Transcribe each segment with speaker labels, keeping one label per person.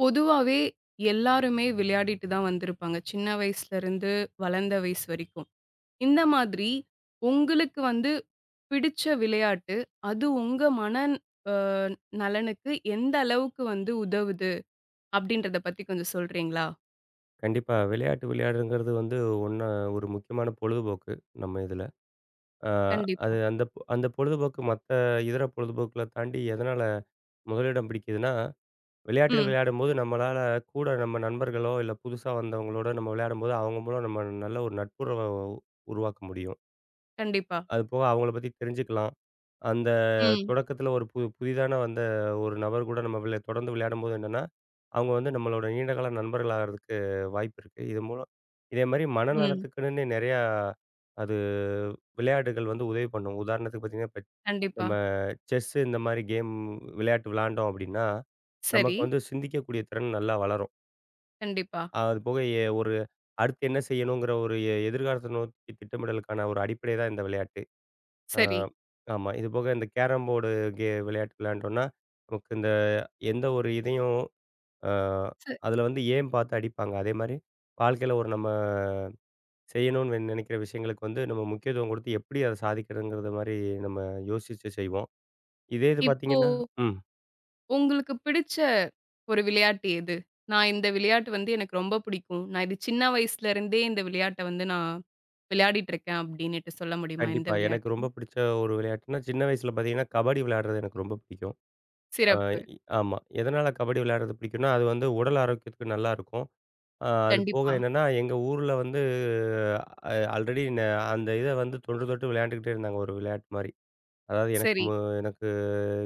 Speaker 1: பொதுவாவே எல்லாருமே விளையாடிட்டு தான் வந்திருப்பாங்க. சின்ன வயசுலருந்து வளர்ந்த வயசு வரைக்கும். இந்த மாதிரி உங்களுக்கு வந்து பிடிச்ச விளையாட்டு, அது உங்க மனன் அ நலனுக்கு எந்த அளவுக்கு வந்து உதவுது? அப்படின்றத பத்தி கொஞ்சம் சொல்றீங்களா?
Speaker 2: கண்டிப்பா. விளையாட்டு விளையாடுறதுங்கிறது வந்து ஒண்ணா ஒரு முக்கியமான பொழுதுபோக்கு, நம்ம இதுல. அ அது
Speaker 1: கண்டிப்பா.
Speaker 2: அந்த பொழுதுபோக்கு மத்த இதர பொழுதுபோக்குகள தாண்டி எதனால முதலிடம் பிடிக்குதுன்னா, விளையாட்டுகள்
Speaker 1: ம்.
Speaker 2: விளையாடும்போது நம்மளால கூட நம்ம நண்பர்களோ, இல்ல புதுசா வந்தவங்களோட நம்ம விளையாடும்போது, அவங்க மூலம் நம்ம நல்ல ஒரு நட்புறவ உருவாக்க முடியும்.
Speaker 1: கண்டிப்பா.
Speaker 2: அது போக அவங்கள பத்தி தெரிஞ்சுக்கலாம். அந்த
Speaker 1: ம்.
Speaker 2: தொடக்கத்தில ஒரு புதிதான வந்த ஒரு நபர் கூட நம்ம தொடர்ந்து விளையாடும்போது என்னன்னா, அவங்க வந்து நம்மளோட நீண்டகால நண்பர்கள் ஆகறதுக்கு வாய்ப்பு இருக்கு. இது மூலம் இதேமாரி
Speaker 1: ம்.
Speaker 2: மனநலத்துக்குன்னு நெறையா அது விளையாட்டுகள் வந்து உதவி பண்ணும். உதாரணத்துக்கு பார்த்தீங்கன்னா, இப்ப
Speaker 1: கண்டிப்பா.
Speaker 2: நம்ம செஸ் இந்தமாரி கேம் விளையாட்டு விளையாண்டோம் அப்பிடின்னா,
Speaker 1: சரி.
Speaker 2: நமக்கு வந்து சிந்திக்கக்கூடிய திறன் நல்லா வளரும்.
Speaker 1: கண்டிப்பா.
Speaker 2: அது போக ஒரு அடுத்து என்ன செய்யணுங்கிற ஒரு எதிர்காலத்த நோக்கி திட்டமிடலுக்கான ஒரு அடிப்படை தான் இந்த விளையாட்டு. ஆ,
Speaker 1: சரி.
Speaker 2: ஆமா. இது போக இந்த கேரம் போர்டு விளையாட்டு விளையாண்டோம்னா, நமக்கு இந்த எந்த ஒரு இதையும் அ
Speaker 1: ச
Speaker 2: அதில வந்து ஏம் பார்த்து அடிப்பாங்க. அதேமாரி வாழ்க்கையில ஒரு நம்ம செய்யணும்னு நெனைக்கிற விஷயங்களுக்கு வந்து நம்ம முக்கியத்துவம் கொடுத்து எப்படி அத சாதிக்கிறதுங்கிறது மாரி நம்ம யோசிச்சு செய்வோம். இதே இது
Speaker 1: இப்போ
Speaker 2: பார்த்தீங்கன்னா. ம்.
Speaker 1: உங்களுக்கு பிடிச்ச ஒரு விளையாட்டு எது? நான் இந்த விளையாட்டு வந்து எனக்கு ரொம்ப பிடிக்கும். நான் இது சின்ன வயசுலருந்தே இந்த விளையாட்ட வந்து நான் விளையாடிட்டு இருக்கேன் அப்டின்னுட்டு சொல்ல முடியுமா? எந்த
Speaker 2: கண்டிப்பா. எனக்கு
Speaker 1: விளையாட்டு?
Speaker 2: ரொம்ப பிடிச்ச ஒரு விளையாட்டுன்னா, சின்ன வயசுல பார்த்தீங்கன்னா, கபடி விளையாடுறது எனக்கு ரொம்ப பிடிக்கும். ஆ
Speaker 1: சிறப்பு.
Speaker 2: இ ஆமா. எதனால கபடி விளையாடுறது பிடிக்கும்னா, அது வந்து உடல் ஆரோக்கியத்துக்கு நல்லாருக்கும். அது போக
Speaker 1: கண்டிப்பா.
Speaker 2: என்னன்னா, எங்க ஊர்ல வந்து ஆல்ரெடி அந்த இத வந்து தொன்று தொட்டு விளையாண்டுக்கிட்டே இருந்தாங்க. ஒரு விளையாட்டு மாரி. அதாவது
Speaker 1: சரி,
Speaker 2: எனக்கு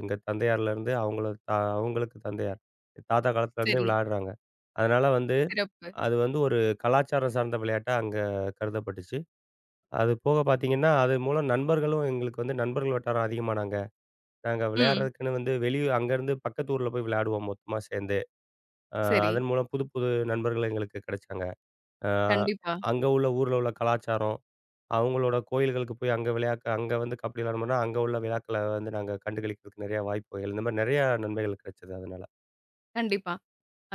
Speaker 2: எங்க தந்தையார்லேருந்து அவங்களுக்கு தந்தையார். தாத்தா காலத்துலேருந்தே
Speaker 1: சரி.
Speaker 2: விளையாடுறாங்க. அதனால வந்து
Speaker 1: சிறப்பு.
Speaker 2: அது வந்து ஒரு கலாச்சாரம் சார்ந்த விளையாட்டா அங்க கருதப்பட்டுச்சு. அது போக பார்த்தீங்கன்னா, அது மூலம் நண்பர்களும் எங்களுக்கு வந்து நண்பர்கள் வட்டாரம் அதிகமானாங்க. நாங்க
Speaker 1: ம்.
Speaker 2: விளையாடுறதுக்குன்னு வந்து அங்கேருந்து பக்கத்து ஊர்ல போய் விளையாடுவோம் மொத்தமா சேர்ந்து. அ
Speaker 1: சரி.
Speaker 2: அதன் மூலம் புது புது நண்பர்கள் எங்களுக்கு கிடைச்சாங்க. அ
Speaker 1: கண்டிப்பா,
Speaker 2: அங்க உள்ள ஊர்ல உள்ள கலாச்சாரம், அவங்களோட கோயில்களுக்கு போய் அங்க வந்து கபடி விளையாடணும்னா, அங்க உள்ள விழாக்கள வந்து நாங்க கண்டுகளிக்கிறதுக்கு நிறையா வாய்ப்புகள், இந்த மாரி நிறையா நன்மைகள் கிடைச்சது அதனால.
Speaker 1: கண்டிப்பா.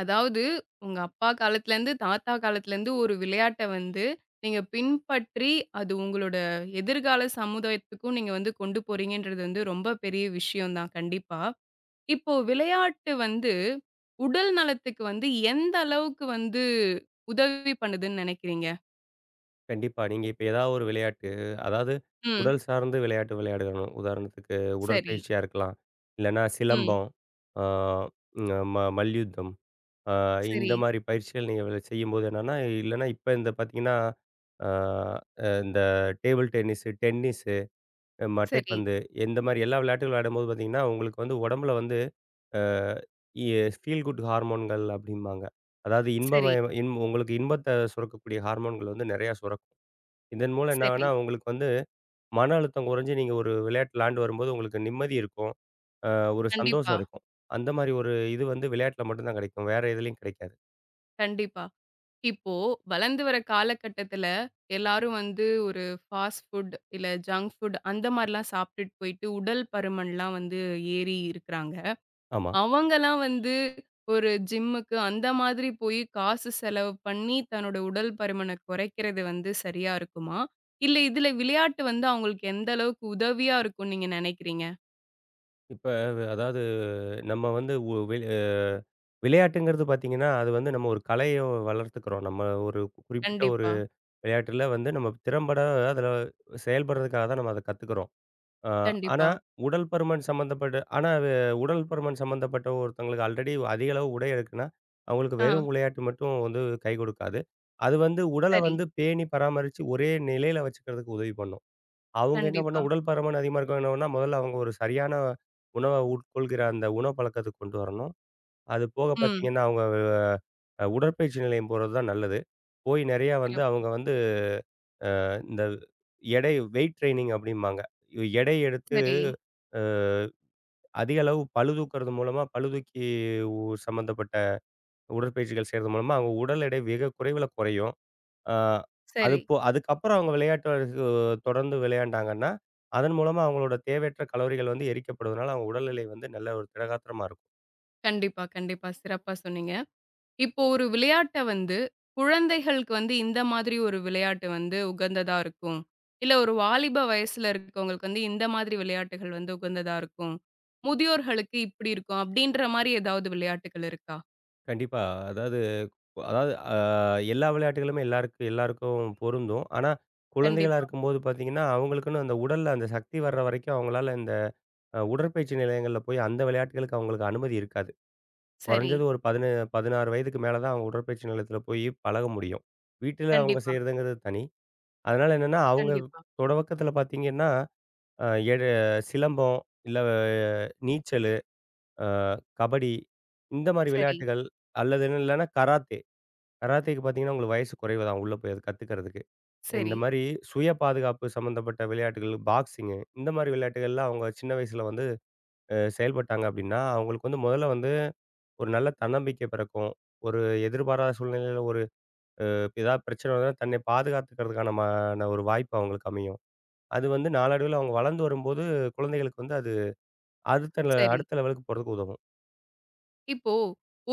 Speaker 1: அதாவது உங்க அப்பா காலத்துலருந்து, தாத்தா காலத்துலருந்து ஒரு விளையாட்ட வந்து நீங்க பின்பற்றி, அது உங்களோட எதிர்கால சமுதாயத்துக்கும் நீங்க வந்து கொண்டு போறீங்கன்றது வந்து ரொம்ப பெரிய விஷயம் தான். கண்டிப்பா. இப்போ விளையாட்டு வந்து, உடல் நலத்துக்கு வந்து எந்த அளவுக்கு வந்து உதவி பண்ணுதுன்னு நினைக்கிறீங்க?
Speaker 2: கண்டிப்பா. நீங்க இப்ப ஏதாவது ஒரு விளையாட்டு, அதாவது
Speaker 1: ம்.
Speaker 2: உடல் சார்ந்து விளையாட்டு விளையாடணும். உதாரணத்துக்கு
Speaker 1: சரி.
Speaker 2: உடற்பயிற்சியா இருக்கலாம். இல்லன்னா
Speaker 1: ம்.
Speaker 2: சிலம்பம், ஆ ம மல்யுத்தம், அ இந்த
Speaker 1: சரி,
Speaker 2: மாரி பயிற்சிகள் நீங்க செய்யும்போது என்னன்னா, இல்லன்னா இப்ப இந்த பார்த்தீங்கன்னா, ஆ இந்த டேபிள் டென்னிஸு,
Speaker 1: சரி,
Speaker 2: மட்டைப்பந்து. இந்த மாரி எல்லா விளையாட்டுகளும் விளையாடும்போது பார்த்தீங்கன்னா, உங்களுக்கு வந்து உடம்புல வந்து அ இ ஃபீல் குட் ஹார்மோன்கள் அப்டிம்பாங்க. அதாவது
Speaker 1: சரி,
Speaker 2: இன்பமய இன் உங்களுக்கு இன்பத்த சுரக்கக்கூடிய ஹார்மோன்கள் வந்து நெறையா சுரக்கும். இதன் மூலம் என்ன
Speaker 1: சரி.
Speaker 2: ஆகும்னா, உங்களுக்கு வந்து மன அழுத்தம் குறைஞ்சு நீங்க ஒரு விளையாட்டு விளையாண்டு வரும்போது உங்களுக்கு நிம்மதி இருக்கும். அ ஒரு
Speaker 1: கண்டிப்பா,
Speaker 2: சந்தோஷம் இருக்கும். அந்த மாரி ஒரு இது வந்து விளையாட்டுல மட்டும் தான் கிடைக்கும். வேற எதுலயும் கிடைக்காது.
Speaker 1: கண்டிப்பா. இப்போ வளர்ந்து வர காலகட்டத்துல எல்லாரும் வந்து ஒரு ஃபாஸ்ட் ஃபுட், இல்ல ஜங்க் ஃபுட் அந்த மாரிலாம் சாப்பிட்டுட்டு போயிட்டு உடல் பருமன்லாம் வந்து ஏறி இருக்கிறாங்க.
Speaker 2: ஆமா.
Speaker 1: அவங்கலாம் வந்து ஒரு ஜிம்முக்கு அந்த மாதிரி போய் காசு செலவு பண்ணி, தன்னோட உடல் பருமன குறைக்கிறது வந்து சரியா இருக்குமா? இல்ல இதுல விளையாட்டு வந்து அவங்களுக்கு எந்த அளவுக்கு உதவியா இருக்கும்னு நீங்க நினைக்கிறீங்க?
Speaker 2: இப்ப அதாவது நம்ம வந்து ஒ வி விளையாட்டுங்கிறது பார்த்தீங்கன்னா, அது வந்து நம்ம ஒரு கலைய வளர்த்துக்கிறோம். நம்ம ஒரு குறிப்பிட்ட ஒரு
Speaker 1: கண்டிப்பா,
Speaker 2: விளையாட்டுல வந்து நம்ம திறம்பட அதில செயல்படுறதுக்காக தான் நம்ம அத கத்துக்கிறோம். அ ஆனா,
Speaker 1: கண்டிப்பா.
Speaker 2: உடல் பருமன் சம்மந்தப்பட்ட ஆனா அது உடல் பருமன் சம்மந்தப்பட்ட ஒருத்தவங்களுக்கு ஆல்ரெடி அதிக அளவு உடை இருக்குன்னா, அவங்களுக்கு
Speaker 1: ஆ,
Speaker 2: வெறும் விளையாட்டு மட்டும் வந்து கை கொடுக்காது. அது வந்து உடல
Speaker 1: சரி.
Speaker 2: வந்து பேணி பராமரிச்சு ஒரே நிலையில வச்சுக்கிறதுக்கு உதவி பண்ணும். அவங்க என்ன பண்ண
Speaker 1: கண்டிப்பா.
Speaker 2: உடல் பருமன் அதிகமா இருக்கவங்க என்ன பண்ணா, முதல்ல அவங்க ஒரு சரியான உணவ உட்கொள்கிற அந்த உணவு பழக்கத்துக்கு கொண்டு வரணும். அது போக
Speaker 1: ம்.
Speaker 2: பார்த்தீங்கன்னா, அவங்க உடற்பயிற்சி நிலையம் போறது தான் நல்லது. போய் நெறையா வந்து
Speaker 1: சிறப்பு.
Speaker 2: அவங்க வந்து இந்த எடை வெயிட் ட்ரெய்னிங் அப்படிம்பாங்க. எடை எடுத்து
Speaker 1: சரி,
Speaker 2: அ அதிக அளவு பளு தூக்குறது மூலமா பளு தூக்கி உ சம்மந்தப்பட்ட உடற்பயிற்சிகள் செய்றது மூலமா அவங்க உடல் எடை குறைவுல குறையும். அ அது
Speaker 1: சரி.
Speaker 2: போ அதுக்கப்புறம் அவங்க விளையாட்டு அ தொடர்ந்து விளையாண்டாங்கன்னா, அதன் மூலமா அவங்களோட தேவையற்ற கலோரிகள் வந்து எரிக்கப்படுவதனால அவங்க உடல்நிலை வந்து நல்ல ஒரு திடகாத்திரமா இருக்கும்.
Speaker 1: கண்டிப்பா, கண்டிப்பா. சிறப்பா சொன்னீங்க. இப்போ ஒரு விளையாட்ட வந்து, குழந்தைகளுக்கு வந்து இந்த மாதிரி ஒரு விளையாட்டு வந்து உகந்ததா இருக்கும். இல்ல ஒரு வாலிப வயசுல இருக்கவங்களுக்கு வந்து இந்த மாதிரி விளையாட்டுகள் வந்து உகந்ததா இருக்கும். முதியோர்களுக்கு இப்படி இருக்கும். அப்படின்ற மாரி ஏதாவது விளையாட்டுகள் இருக்கா?
Speaker 2: கண்டிப்பா. அதாவது அதாவது எல்லா விளையாட்டுகளுமே எல்லாருக்கும் எல்லாருக்கும் பொருந்தும். ஆனா, குழந்தைகளா
Speaker 1: கண்டிப்பா.
Speaker 2: இருக்கும்போது பார்த்தீங்கன்னா, அவங்களுக்குன்னு அந்த உடல்ல அந்த சக்தி வர்ற வரைக்கும் அவங்களால இந்த உடற்பயிற்சி நிலையங்கள்ல போய் அந்த விளையாட்டுகளுக்கு அவங்களுக்கு அனுமதி இருக்காது.
Speaker 1: சரி.
Speaker 2: குறைஞ்சது ஒரு 17 16 வயதுக்கு மேல தான் அவங்க உடற்பயிற்சி நிலையத்துல போய் பழக முடியும். வீட்டில அவங்க
Speaker 1: கண்டிப்பா,
Speaker 2: செய்றதுங்கிறது தனி. அதனால என்னன்னா, அவங்க
Speaker 1: கண்டிப்பா.
Speaker 2: தொடவக்கத்துல பார்த்தீங்கன்னா, அ எடு சிலம்பம், இல்ல நீச்சலு, அ கபடி இந்த மாரி
Speaker 1: சரி,
Speaker 2: விளையாட்டுகள் அல்லது இல்லன்னா கராத்தே. கராத்தேக்கு பார்த்தீங்கன்னா, உங்களுக்கு வயசு குறைவு தான் உள்ள போய் அது கத்துக்கிறதுக்கு. இந்த
Speaker 1: சரி,
Speaker 2: மாரி சுய பாதுகாப்பு சம்மந்தப்பட்ட விளையாட்டுகள், பாக்ஸிங்கு இந்த மாரி விளையாட்டுகள்லாம் அவங்க சின்ன வயசுல வந்து செயல்பட்டாங்க அப்படின்னா, அவங்களுக்கு வந்து முதல்ல வந்து ஒரு நல்ல தன்னம்பிக்கை பிறக்கும். ஒரு எதிர்பாராத சூழ்நிலையில ஒரு ஏதாவது பிரச்சனை வந்தா தன்னை பாதுகாத்துக்கிறதுக்கான ஒரு வாய்ப்பு அவங்களுக்கு அமையும். அது வந்து நாளடைவில அவங்க வளர்ந்து வரும்போது குழந்தைகளுக்கு வந்து அது
Speaker 1: சரி.
Speaker 2: அடுத்த லெவலுக்கு போறதுக்கு உதவும்.
Speaker 1: இப்போ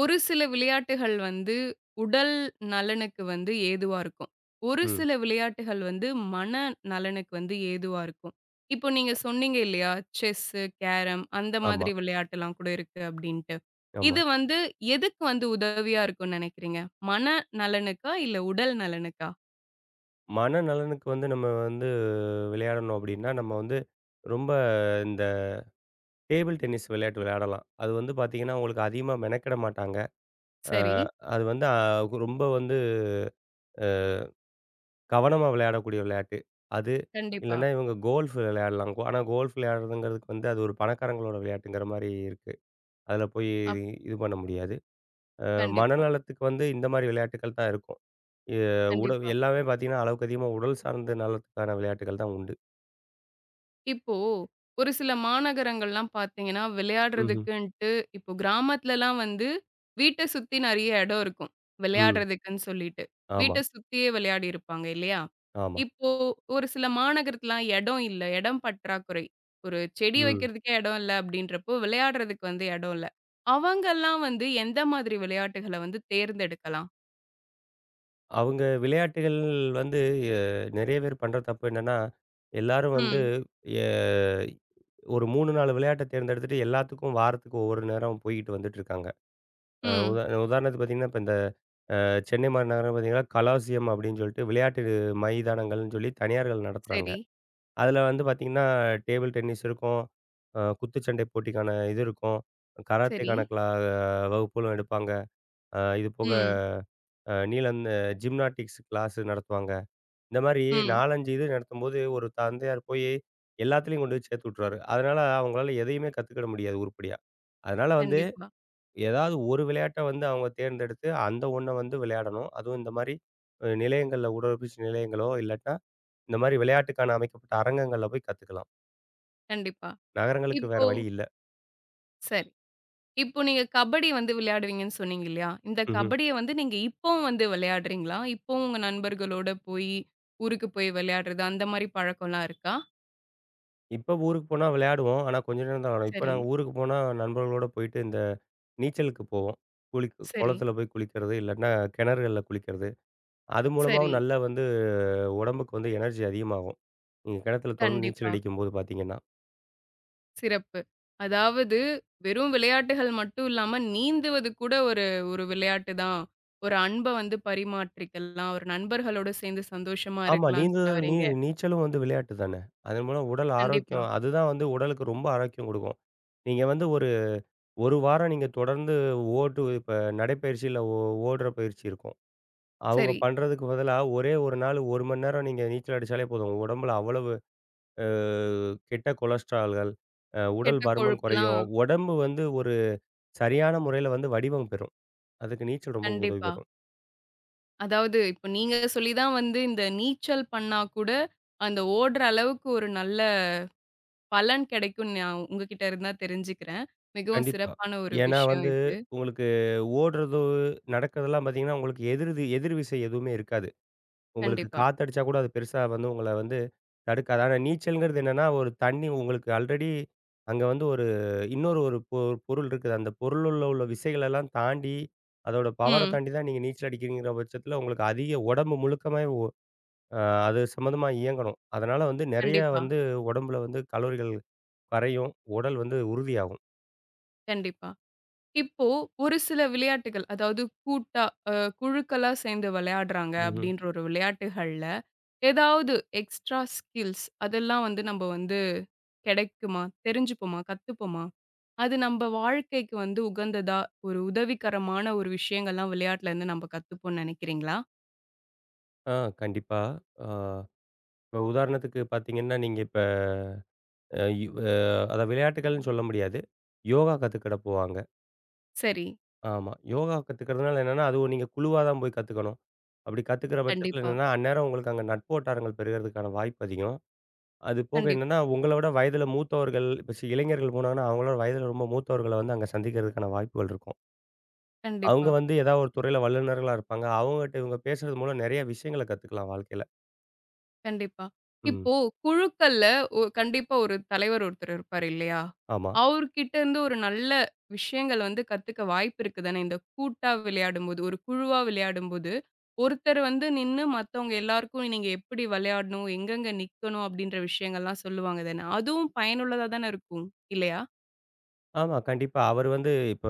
Speaker 1: ஒரு சில விளையாட்டுகள் வந்து உடல் நலனுக்கு வந்து ஏதுவா இருக்கும். ஒரு
Speaker 2: ம்.
Speaker 1: சில விளையாட்டுகள் வந்து மன நலனுக்கு வந்து ஏதுவா இருக்கும். இப்போ நீங்க சொன்னீங்க இல்லையா? செஸ்ஸு, கேரம் அந்த
Speaker 2: ஆமா,
Speaker 1: மாதிரி விளையாட்டுலாம் கூட இருக்கு அப்டின்ட்டு.
Speaker 2: ஆமா.
Speaker 1: இது வந்து எதுக்கு வந்து உதவியா இருக்கும்னு நெனைக்கிறீங்க? மன நலனுக்கா? இல்ல உடல் நலனுக்கா?
Speaker 2: மனநலனுக்கு வந்து நம்ம வந்து விளையாடணும் அப்படின்னா, நம்ம வந்து ரொம்ப இந்த டேபிள் டென்னிஸ் விளையாட்டு விளையாடலாம். அது வந்து பார்த்தீங்கன்னா, உங்களுக்கு அதிகமா மெனக்கெட மாட்டாங்க. அ
Speaker 1: சரி.
Speaker 2: அது வந்து ரொம்ப வந்து அ கவனமா விளையாடக்கூடிய விளையாட்டு. அது
Speaker 1: கண்டிப்பா.
Speaker 2: இல்லன்னா இவங்க கோல்ஃப் விளையாடலாம். ஆனா கோல்ஃப் விளையாடுறதுங்கிறதுக்கு வந்து அது ஒரு பணக்காரங்களோட விளையாட்டுங்கிற மாரி இருக்கு. அதில போய்
Speaker 1: அப்
Speaker 2: இது பண்ண முடியாது. அ
Speaker 1: கண்டிப்பா,
Speaker 2: மனநலத்துக்கு வந்து இந்த மாரி விளையாட்டுக்கள் தான் இருக்கும். எ உடல்
Speaker 1: கண்டிப்பா.
Speaker 2: எல்லாமே பார்த்தீங்கன்னா, அளவுக்கு அதிகமா உடல் சார்ந்த நலத்துக்கான விளையாட்டுகள் தான் உண்டு.
Speaker 1: இப்போ ஒரு சில மாநகரங்கள்லாம் பார்த்தீங்கன்னா,
Speaker 2: ம்ஹ்ம்.
Speaker 1: விளையாடுறதுக்குன்ட்டு இப்போ கிராமத்துலலாம் வந்து வீட்ட சுத்தி நெறைய இடம் இருக்கும்.
Speaker 2: ம்.
Speaker 1: விளையாடுறதுக்குன்னு சொல்லிட்டு.
Speaker 2: ஆமா,
Speaker 1: வீட்ட சுத்தியே விளையாடியிருப்பாங்க இல்லையா?
Speaker 2: ஆமா.
Speaker 1: இப்போ ஒரு சில மாநகரத்துலலாம் இடம் இல்ல. இடம் பற்றாக்குறை. ஒரு செடி
Speaker 2: ம்.
Speaker 1: வைக்கிறதுக்கே இடம் இல்ல அப்படின்றப்போ, விளையாடுறதுக்கு வந்து இடம் இல்ல. அவங்கலாம் வந்து எந்த மாதிரி விளையாட்டுகள வந்து தேர்ந்தெடுக்கலாம்?
Speaker 2: அவங்க விளையாட்டுகள் வந்து எ நெறைய பேர் பண்ற தப்பு என்னன்னா, எல்லாரும் வந்து
Speaker 1: ம்,
Speaker 2: எ ஒரு 3, 4 விளையாட்ட தேர்ந்தெடுத்துட்டு எல்லாத்துக்கும் வாரத்துக்கு ஒவ்வொரு நேரம் போய்க்கிட்டு வந்துட்டு இருக்காங்க. அ
Speaker 1: ம்.
Speaker 2: உதா உதாரணத்துக்கு பார்த்தீங்கன்னா, இப்ப இந்த சென்னை மாநகரம் பார்த்தீங்கன்னா, கலாசியம் அப்படின்னு சொல்லிட்டு விளையாட்டு மைதானங்கள்னு சொல்லி தனியார்கள் நடத்துறாங்க.
Speaker 1: சரி,
Speaker 2: அதில வந்து பார்த்தீங்கன்னா, டேபிள் டென்னிஸ் இருக்கும். குத்துச்சண்டை போட்டிக்கான இது இருக்கும்.
Speaker 1: சரி.
Speaker 2: கராத்தேக்கான கிளா வகுப்புகளும் எடுப்பாங்க. அ இது போக
Speaker 1: ம்,
Speaker 2: அ நீளம் அ ஜிம்னாஸ்டிக்ஸ் கிளாஸ் நடத்துவாங்க. இந்த மாரி
Speaker 1: ம்.
Speaker 2: 4, 5 இது நடத்தும்போது ஒரு தந்தையார் போய் எல்லாத்துலயும் கொண்டு போய் சேர்த்து விட்டுருவாரு. அதனால அவங்களால எதையுமே கத்துக்கிட முடியாது உருப்படியா. அதனால வந்து
Speaker 1: கண்டிப்பா,
Speaker 2: ஏதாவது ஒரு விளையாட்ட வந்து அவங்க தேர்ந்தெடுத்து அந்த ஒண்ண வந்து விளையாடணும். அதுவும் இந்த மாரி நிலையங்கள்ல உடற்பயிற்சி நிலையங்களோ இல்லாட்டா இந்த மாரி விளையாட்டுக்கான அமைக்கப்பட்ட அரங்கங்கள்ல போய் கத்துக்கலாம்.
Speaker 1: கண்டிப்பா.
Speaker 2: நகரங்களுக்கு வேற
Speaker 1: இப்போ
Speaker 2: வழி இல்ல.
Speaker 1: சரி. இப்போ நீங்க கபடி வந்து விளையாடுவீங்கன்னு சொன்னீங்க இல்லையா? இந்த
Speaker 2: ம்ஹ்ம்.
Speaker 1: கபடிய வந்து நீங்க இப்பவும் வந்து விளையாடுறீங்களா? இப்பவும் உங்க நண்பர்களோட போயி, ஊருக்கு போய் விளையாடுறது அந்த மாரி பழக்கம்லாம் இருக்கா?
Speaker 2: இப்ப ஊருக்கு போனா விளையாடுவோம். ஆனா கொஞ்ச நேரம் தான் விளையாடுவோம். இப்ப
Speaker 1: சரி,
Speaker 2: நாங்க ஊருக்கு போனா நண்பர்களோட போயிட்டு இந்த நீச்சலுக்கு போவோம். குளிக்
Speaker 1: சரி,
Speaker 2: குளத்துல போய் குளிக்கிறது, இல்லாட்னா கிணறுகள்ல குளிக்கிறது. அது
Speaker 1: சரி.
Speaker 2: மூலமாவும் நல்ல வந்து உடம்புக்கு வந்து எனர்ஜி அதிகமாகும். நீங்க கிணத்துல தொடர்ந்து நீச்சல்
Speaker 1: கண்டிப்பா.
Speaker 2: அடிக்கும்போது பார்த்தீங்கன்னா.
Speaker 1: சிறப்பு. அதாவது வெறும் விளையாட்டுகள் மட்டும் இல்லாம நீந்துவது கூட ஒரு ஒரு விளையாட்டு தான். ஒரு அன்ப வந்து பரிமாற்றிக்கலாம். ஒரு நண்பர்களோட சேர்ந்து சந்தோஷமா
Speaker 2: ஆமா. ம்.
Speaker 1: இருக்கலாம்ன்னு சொல்ல
Speaker 2: நீந்துதல் நீ
Speaker 1: வர்றீங்க.
Speaker 2: நீச்சலும் வந்து விளையாட்டு தானே! அதன் மூலம் உடல்
Speaker 1: கண்டிப்பா.
Speaker 2: ஆரோக்கியம் அதுதான் வந்து உடலுக்கு ரொம்ப ஆரோக்கியம் குடுக்கும். நீங்க வந்து ஒரு 1 வாரம் நீங்க தொடர்ந்து ஓட்டு இப்ப நடைப்பயிற்சியில ஓ ஓடுற பயிற்சி இருக்கும். அவுங்க
Speaker 1: சரி.
Speaker 2: பண்றதுக்கு பதிலா ஒரே 1 நாள் 1 மணி நேரம் நீங்க நீச்சல் அடிச்சாலே போதும். உங்க உடம்புல அவ்வளவு அ கெட்ட கொலஸ்ட்ரால்கள், உடல்
Speaker 1: கெட்ட
Speaker 2: பருமன் குறையும்.
Speaker 1: கொழுப்புலாம்
Speaker 2: உடம்பு வந்து ஒரு சரியான முறையில வந்து வடிவம் பெறும். அதுக்கு நீச்சல் ரொம்ப உதவி
Speaker 1: கண்டிப்பா.
Speaker 2: பெறும்.
Speaker 1: அதாவது இப்ப நீங்க சொல்லி தான் வந்து இந்த நீச்சல் பண்ணா கூட, அந்த ஓடுற அளவுக்கு ஒரு நல்ல பலன் கிடைக்கும்னு நான் உங்ககிட்ட இருந்து தான் தெரிஞ்சுக்கிறேன். மிகவும்
Speaker 2: கண்டிப்பா.
Speaker 1: சிறப்பான ஒரு
Speaker 2: ஏன்னா
Speaker 1: விஷயம்
Speaker 2: வந்து
Speaker 1: இது.
Speaker 2: உங்களுக்கு ஓடுறது, நடக்கிறதெல்லாம் பார்த்தீங்கன்னா, உங்களுக்கு எதிர்விசை எதுவுமே இருக்காது. உங்களுக்கு
Speaker 1: கண்டிப்பா.
Speaker 2: காத்தடிச்சா கூட அது பெருசா வந்து உங்கள வந்து தடுக்காது. ஆனா நீச்சல்ங்கிறது என்னன்னா, ஒரு தண்ணி உங்களுக்கு ஆல்ரெடி அங்க வந்து ஒரு இன்னொரு ஒரு பொருள் இருக்குது. அந்த பொருளுள்ள உள்ள உள்ள விசைகளெல்லாம் தாண்டி, அதோட பவர
Speaker 1: ம்.
Speaker 2: தாண்டி தான் நீங்க நீச்சல் அடிக்கிறீங்கிற பட்சத்தில உங்களுக்கு அதிக உடம்பு முழுக்கமே ஒ அ அது சம்மந்தமா இயங்கணும். அதனால வந்து நெறைய
Speaker 1: கண்டிப்பா,
Speaker 2: வந்து உடம்புல வந்து கலோரிகள் கரையும். உடல் வந்து உறுதியாகும்.
Speaker 1: கண்டிப்பா. இப்போ ஒரு சில விளையாட்டுகள், அதாவது கூட்டா அ குழுக்களா சேர்ந்து விளையாடுறாங்க
Speaker 2: ம்.
Speaker 1: அப்படின்ற ஒரு விளையாட்டுகள்ல ஏதாவது எக்ஸ்ட்ரா ஸ்கில்ஸ் அதெல்லாம் வந்து நம்ம வந்து கிடைக்குமா? தெரிஞ்சுப்போமா? கத்துப்போமா? அது நம்ப வாழ்க்கைக்கு வந்து உகந்ததா, ஒரு உதவிகரமான ஒரு விஷயங்கள்லாம் விளையாட்டுலருந்து நம்ம கத்துப்போம்னு நெனைக்கிறீங்களா?
Speaker 2: ஆ கண்டிப்பா. ஆ இப்ப உதாரணத்துக்கு பார்த்தீங்கன்னா, நீங்க இப்ப அ யு அ அத விளையாட்டுகள்னு சொல்ல முடியாது. யோகா கத்துக்கிட போவாங்க.
Speaker 1: சரி.
Speaker 2: ஆமா. யோகா கத்துக்கிறதுனால என்னன்னா, அதுவும் நீங்க குழுவா தான் போய் கத்துக்கணும். அப்படி கத்துக்கிற பட்சத்தில
Speaker 1: கண்டிப்பா,
Speaker 2: என்னன்னா, அந்நேரம் உங்களுக்கு அங்க நட்பு வட்டாரங்கள் பெருகுறதுக்கான வாய்ப்பு அதிகம். அது போக
Speaker 1: கண்டிப்பா,
Speaker 2: என்னன்னா, உங்கள விட வயதில மூத்தவர்கள் இப்ப இளைஞர்கள் போனாங்கன்னா, அவங்களோட வயதில ரொம்ப மூத்தவர்கள வந்து அங்க சந்திக்கிறதுக்கான வாய்ப்புகள் இருக்கும். அவங்க
Speaker 1: கண்டிப்பா.
Speaker 2: வந்து ஏதாவது ஒரு துறையில வல்லுனர்களா இருப்பாங்க. அவங்ககிட்ட இவங்க பேசுறது மூலம் நெறைய விஷயங்கள கத்துக்கலாம் வாழ்க்கையில.
Speaker 1: கண்டிப்பா.
Speaker 2: ம்.
Speaker 1: இப்போ குழுக்கள்ல கண்டிப்பா ஒரு தலைவர் ஒருத்தர் இருப்பாரு இல்லையா?
Speaker 2: ஆமா.
Speaker 1: அவர்கிட்ட இருந்து ஒரு நல்ல விஷயங்கள் வந்து கத்துக்க வாய்ப்பு இருக்கு தானே? இந்த கூட்டா விளையாடும்போது, ஒரு குழுவா விளையாடும்போது, ஒருத்தர் வந்து நின்னு மத்தவங்க எல்லாருக்கும் நீங்க எப்படி விளையாடணும்? எங்கெங்க நிக்கணும்? அப்படின்ற விஷயங்கள்லாம் சொல்லுவாங்க தானே? அதுவும் பயனுள்ளதா தானே இருக்கும். இல்லையா?
Speaker 2: ஆமா, கண்டிப்பா. அவரு வந்து இப்ப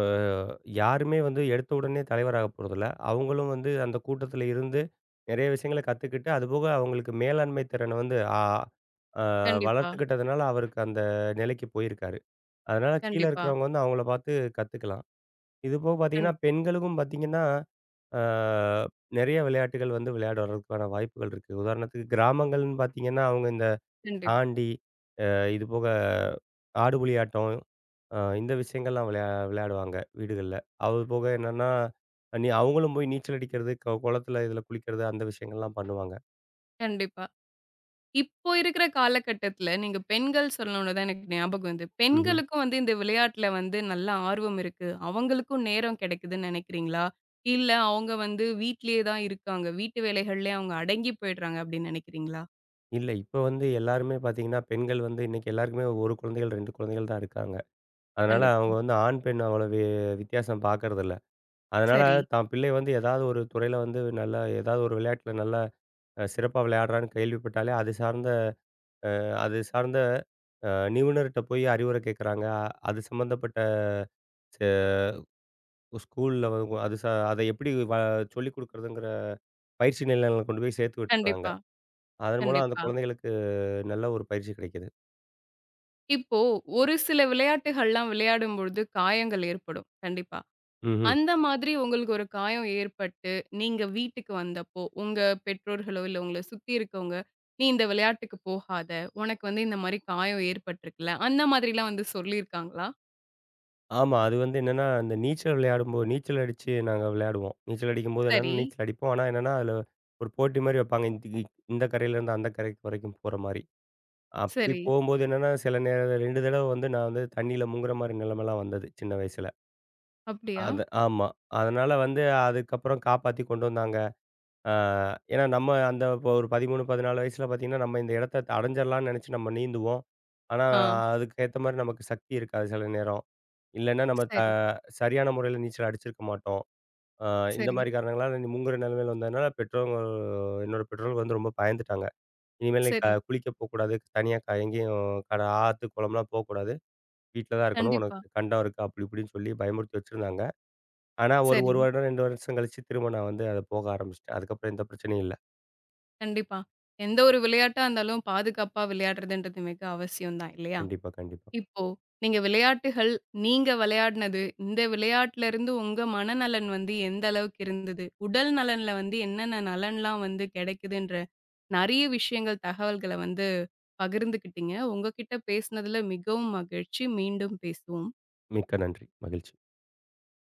Speaker 2: யாருமே வந்து எடுத்த உடனே தலைவராக போறதில்ல. அவங்களும் வந்து அந்த கூட்டத்தில இருந்து நெறைய விஷயங்கள கத்துக்கிட்டு, அதுபோக அவங்களுக்கு மேலாண்மை திறன வந்து ஆ ஆ
Speaker 1: கண்டிப்பா,
Speaker 2: வளர்த்துக்கிட்டதுனால அவருக்கு அந்த நிலைக்கு போயிருக்காரு. அதனால கீழ
Speaker 1: கண்டிப்பா,
Speaker 2: இருக்கிறவங்க வந்து அவங்கள பார்த்து கத்துக்கலாம். இதுபோக
Speaker 1: கண்
Speaker 2: பார்த்தீங்கன்னா, ஆ நெறைய விளையாட்டுகள் வந்து விளையாடுறதுக்கான வாய்ப்புகள் இருக்கு. உதாரணத்துக்கு கிராமங்கள்னு பார்த்தீங்கன்னா, அவங்க இந்த
Speaker 1: கண்டிப்பா,
Speaker 2: தாண்டி, இதுபோக ஆடுபுலி ஆட்டம், இந்த விஷயங்கள்லாம் விளையாடுவாங்க வீடுகள்ல. அது போக என்னன்னா, அவங்களும் போய் நீச்சல் அடிக்கிறது, குளத்துல இதுல குளிக்கிறது அந்த விஷயங்கள்லாம் பண்ணுவாங்க.
Speaker 1: கண்டிப்பா. இப்போ இருக்கிற காலகட்டத்தில, நீங்க பெண்கள் சொன்னோன தான் எனக்கு ஞாபகம் வந்தது.
Speaker 2: ம்ஹ்ம்.
Speaker 1: பெண்களுக்கும் வந்து இந்த விளையாட்டுல வந்து நல்ல ஆர்வம் இருக்கு. அவங்களுக்கும் நேரம் கிடைக்குதுன்னு நினைக்கிறீங்களா? இல்ல அவங்க வந்து வீட்லயே தான் இருக்காங்க. வீட்டு வேலைகள்லயே அவங்க அடங்கி போயிடுறாங்க அப்படின்னு நினைக்கிறீங்களா?
Speaker 2: இல்ல, இப்ப வந்து எல்லாருமே பாத்தீங்கன்னா, பெண்கள் வந்து இன்னைக்கு எல்லாருக்குமே 1 குழந்தைகள், 2 குழந்தைகள் தான் இருக்காங்க. அதனால
Speaker 1: கண்டிப்பா.
Speaker 2: அவங்க வந்து ஆண், பெண் அவ்வளோ வித்தியாசம் பாக்கறதில்ல. அதனால
Speaker 1: சரி.
Speaker 2: தான் பிள்ளை வந்து ஏதாவது ஒரு துறையில வந்து நல்லா ஏதாவது ஒரு விளையாட்டுல நல்லா சிறப்பா விளையாடுறான்னு கேள்விப்பட்டாலே, அது சார்ந்த நிபுணர்ட்ட போய் அறிவுரை கேட்கறாங்க. அது சம்மந்தப்பட்ட செ ஸ்கூல்ல வ அது ச அதை எப்படி சொல்லிக் குடுக்குறதுங்கிற பயிற்சி நிலையங்கள்ல கொண்டு போய் சேர்த்து விட்டுறாங்க.
Speaker 1: கண்டிப்பா,
Speaker 2: அதன் மூலம் அந்த
Speaker 1: கண்டிப்பா.
Speaker 2: குழந்தைகளுக்கு நல்ல ஒரு பயிற்சி கிடைக்குது.
Speaker 1: இப்போ ஒரு சில விளையாட்டுகள்லாம் விளையாடும்பொழுது காயங்கள் ஏற்படும். கண்டிப்பா.
Speaker 2: ம்ஹ்ம்.
Speaker 1: அந்த மாதிரி உங்களுக்கு ஒரு காயம் ஏற்பட்டு, நீங்க வீட்டுக்கு வந்தப்போ, உங்க பெற்றோர்களோ, இல்ல உங்கள சுத்தி இருக்கவங்க, "நீ இந்த விளையாட்டுக்கு போகாத. உனக்கு வந்து இந்த மாரி காயம் ஏற்பட்டுருக்குல்ல." அந்த மாதிரிலாம் வந்து சொல்லியிருக்காங்களா?
Speaker 2: ஆமா. அது வந்து என்னன்னா, இந்த நீச்சல் விளையாடும்போ நீச்சல் அடிச்சு நாங்க விளையாடுவோம். நீச்சல் அடிக்கும்போது
Speaker 1: சரி,
Speaker 2: என்னன்னா, நீச்சல் அடிப்போம். ஆனா என்னன்னா, அதில ஒரு போட்டி மாரி வைப்பாங்க. இந்த கரையிலேருந்து அந்த கரைக்கு வரைக்கும் போற மாரி. அப்படி
Speaker 1: சரி.
Speaker 2: போகும்போது என்னன்னா, சில நேரம் 2 தடவ வந்து நான் வந்து தண்ணீல முங்குற மாரி நிலைமைலாம் வந்தது, சின்ன வயசுல.
Speaker 1: அப்படியா?
Speaker 2: அது ஆமா. அதனால வந்து அதுக்கப்புறம் காப்பாத்தி கொண்டு வந்தாங்க. ஆ, ஏன்னா நம்ம அந்த இப்போ ஒரு 13, 14 வயசுல பார்த்தீங்கன்னா, நம்ம இந்த இடத்த அடைஞ்சிடலாம்னு நினச்சு நம்ம நீந்துவோம். ஆனா,
Speaker 1: ஆ.
Speaker 2: அதுக்கேத்த மாரி நமக்கு சக்தி இருக்காது சில நேரம். இல்லன்னா நம்ம த
Speaker 1: சரி,
Speaker 2: சரியான முறையில நீச்சல் அடிச்சிருக்க மாட்டோம். ஆ இந்த
Speaker 1: சரி,
Speaker 2: மாரி காரணங்களால முங்குற நிலைமையில வந்ததுனால என்னோட பெற்றோர்கள் வந்து ரொம்ப பயந்துட்டாங்க. இனிமேல் நீ
Speaker 1: சரி.
Speaker 2: குளிக்க போக்கூடாது. தனியா எங்கேயும் ஆத்து, குளம்லாம் போக்கூடாது. வீட்ல தான் இருக்கணும்.
Speaker 1: கண்டிப்பா.
Speaker 2: உனக்கு கண்டம் இருக்கு. அப்படி இப்படின்னு சொல்லி பயமுறுத்தி வச்சிருந்தாங்க. ஆனா ஒரு
Speaker 1: சரி,
Speaker 2: 1 வருடம், 2 வருஷம் கழிச்சு திரும்ப நான் வந்து அத போக ஆரம்பிச்சுட்டேன். அதுக்கப்புறம் எந்த பிரச்சனையும் இல்ல.
Speaker 1: கண்டிப்பா. எந்த ஒரு விளையாட்டா இருந்தாலும் பாதுகாப்பா விளையாடுறதுன்றது மிக அவசியம் தான் இல்லையா?
Speaker 2: கண்டிப்பா, கண்டிப்பா.
Speaker 1: இப்போ நீங்க விளையாட்டுகள், நீங்க விளையாடினது, இந்த விளையாட்டுல இருந்து உங்க மனநலன் வந்து எந்த அளவுக்கு இருந்தது? உடல் நலன்ல வந்து என்னென்ன நலன்லாம் வந்து கிடைக்குதுன்ற நெறைய விஷயங்கள், தகவல்கள வந்து பகிர்ந்துக்கிட்டீங்க. உங்க கிட்ட பேசினதுல மிகவும் மகிழ்ச்சி. மீண்டும் பேசுவோம்.
Speaker 2: மிக்க நன்றி. மகிழ்ச்சி.